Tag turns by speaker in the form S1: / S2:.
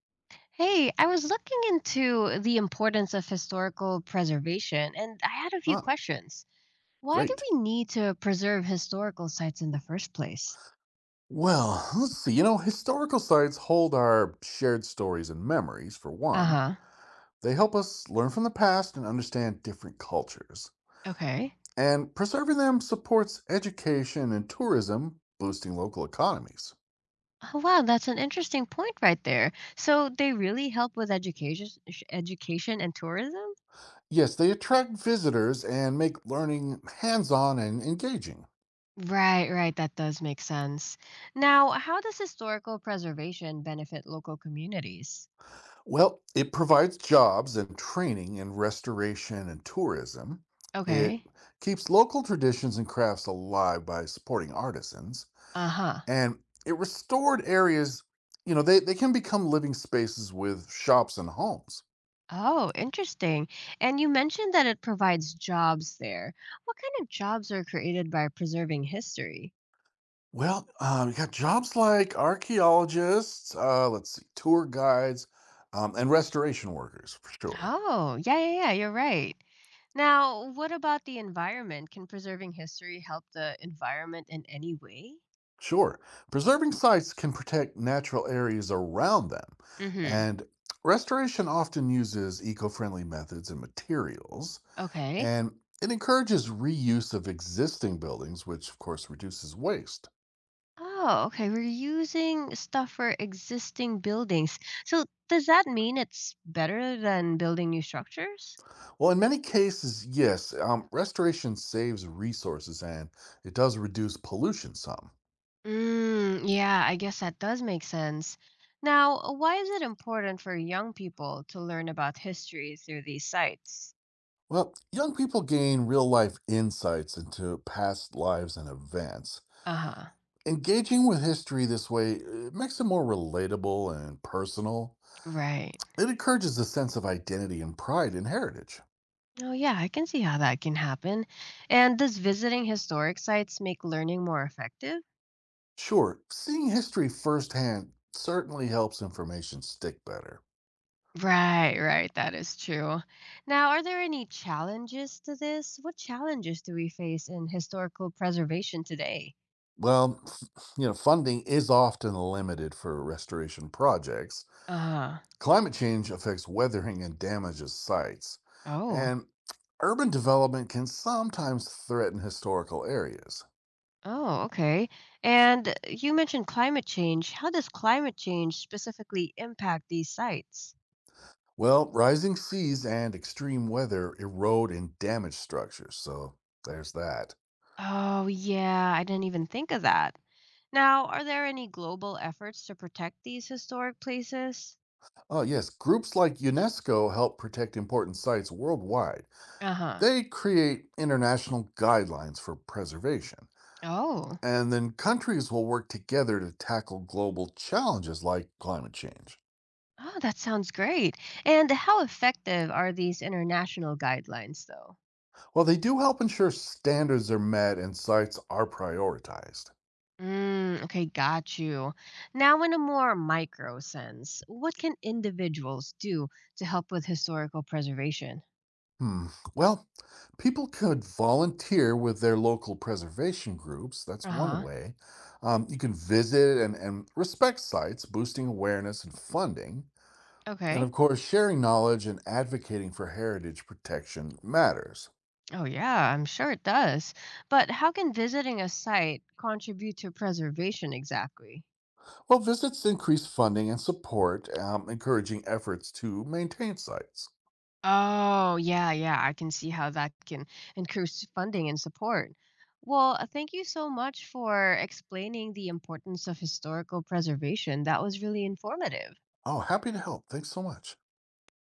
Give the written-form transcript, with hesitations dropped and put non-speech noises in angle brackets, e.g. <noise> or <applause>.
S1: Hey, I was looking into the importance of historical preservation, and I had a few
S2: Ah,
S1: questions. Why do
S2: great.
S1: we need to preserve historical sites in the first place?
S2: Well, let's see. You know, historical sites hold our shared stories and memories, for
S1: Uh
S2: one.
S1: huh.
S2: They help us learn from the past and understand different cultures.
S1: Okay.
S2: And preserving them supports education and tourism, boosting local economies.
S1: Oh, wow, that's an interesting point right there. So they really help with education, education and tourism?
S2: Yes, they attract visitors and make learning hands on and engaging.
S1: Right, right. That does make sense. Now, how does historical preservation benefit local communities?
S2: Well, it provides jobs and training in restoration and tourism. It
S1: Okay.
S2: keeps local traditions and crafts alive by supporting artisans,
S1: Uh huh.
S2: and it restored areas. You know they can become living spaces with shops and homes.
S1: Oh, interesting. And you mentioned that it provides jobs there. What kind of jobs are created by preserving history?
S2: Well, you got jobs like archaeologists, let's see, tour guides, and restoration workers for sure.
S1: Oh, yeah, yeah, yeah, you're right. Now, what about the environment? Can preserving history help the environment in any way?
S2: Sure, preserving sites can protect natural areas around them,
S1: Hmm.
S2: and restoration often uses eco-friendly methods and materials,
S1: Okay.
S2: and it encourages reuse of existing buildings, which of course reduces waste.
S1: Oh, okay. We're using stuff for existing buildings. So, does that mean it's better than building new structures?
S2: Well, in many cases, yes, restoration saves resources and it does reduce pollution some.
S1: Mm, yeah, I guess that does make sense. Now, why is it important for young people to learn about history through these sites?
S2: Well, young people gain real life insights into past lives and events.
S1: Uh-huh.
S2: Engaging with history this way, it makes it more relatable and personal.
S1: Right.
S2: It encourages a sense of identity and pride in heritage.
S1: Oh, yeah, I can see how that can happen. And does visiting historic sites make learning more effective?
S2: Sure, seeing history firsthand certainly helps information stick better.
S1: Right, right, that is true. Now, are there any challenges to this? What challenges do we face in historical preservation today?
S2: Well, <laughs> you know, funding is often limited for restoration projects.
S1: Uh-huh.
S2: Climate change affects weathering and damages sites,
S1: Oh.
S2: and urban development can sometimes threaten historical areas.
S1: Oh, okay. And you mentioned climate change. How does climate change specifically impact these sites?
S2: Well, rising seas and extreme weather erode and damage structures, so there's that.
S1: Oh, yeah, I didn't even think of that. Now, are there any global efforts to protect these historic places?
S2: Oh, yes, groups like UNESCO help protect important sites worldwide.
S1: Uh-huh.
S2: They create international guidelines for preservation,
S1: Oh.
S2: and then countries will work together to tackle global challenges like climate change.
S1: Oh, that sounds great. And how effective are these international guidelines, though?
S2: Well, they do help ensure standards are met and sites are prioritized.
S1: Mm, okay, got you. Now, in a more micro sense, what can individuals do to help with historical preservation?
S2: Hmm. Well, people could volunteer with their local preservation groups. That's one
S1: Uh-huh.
S2: way. You can visit and respect sites, boosting awareness and funding. And
S1: Okay.
S2: of course, sharing knowledge and advocating for heritage protection matters.
S1: Oh, yeah, I'm sure it does. But how can visiting a site contribute to preservation exactly?
S2: Well, visits increase funding and support, encouraging efforts to maintain sites.
S1: Oh, yeah, yeah, I can see how that can increase funding and support. Well, thank you so much for explaining the importance of historical preservation. That was really informative.
S2: Oh, happy to help. Thanks so much.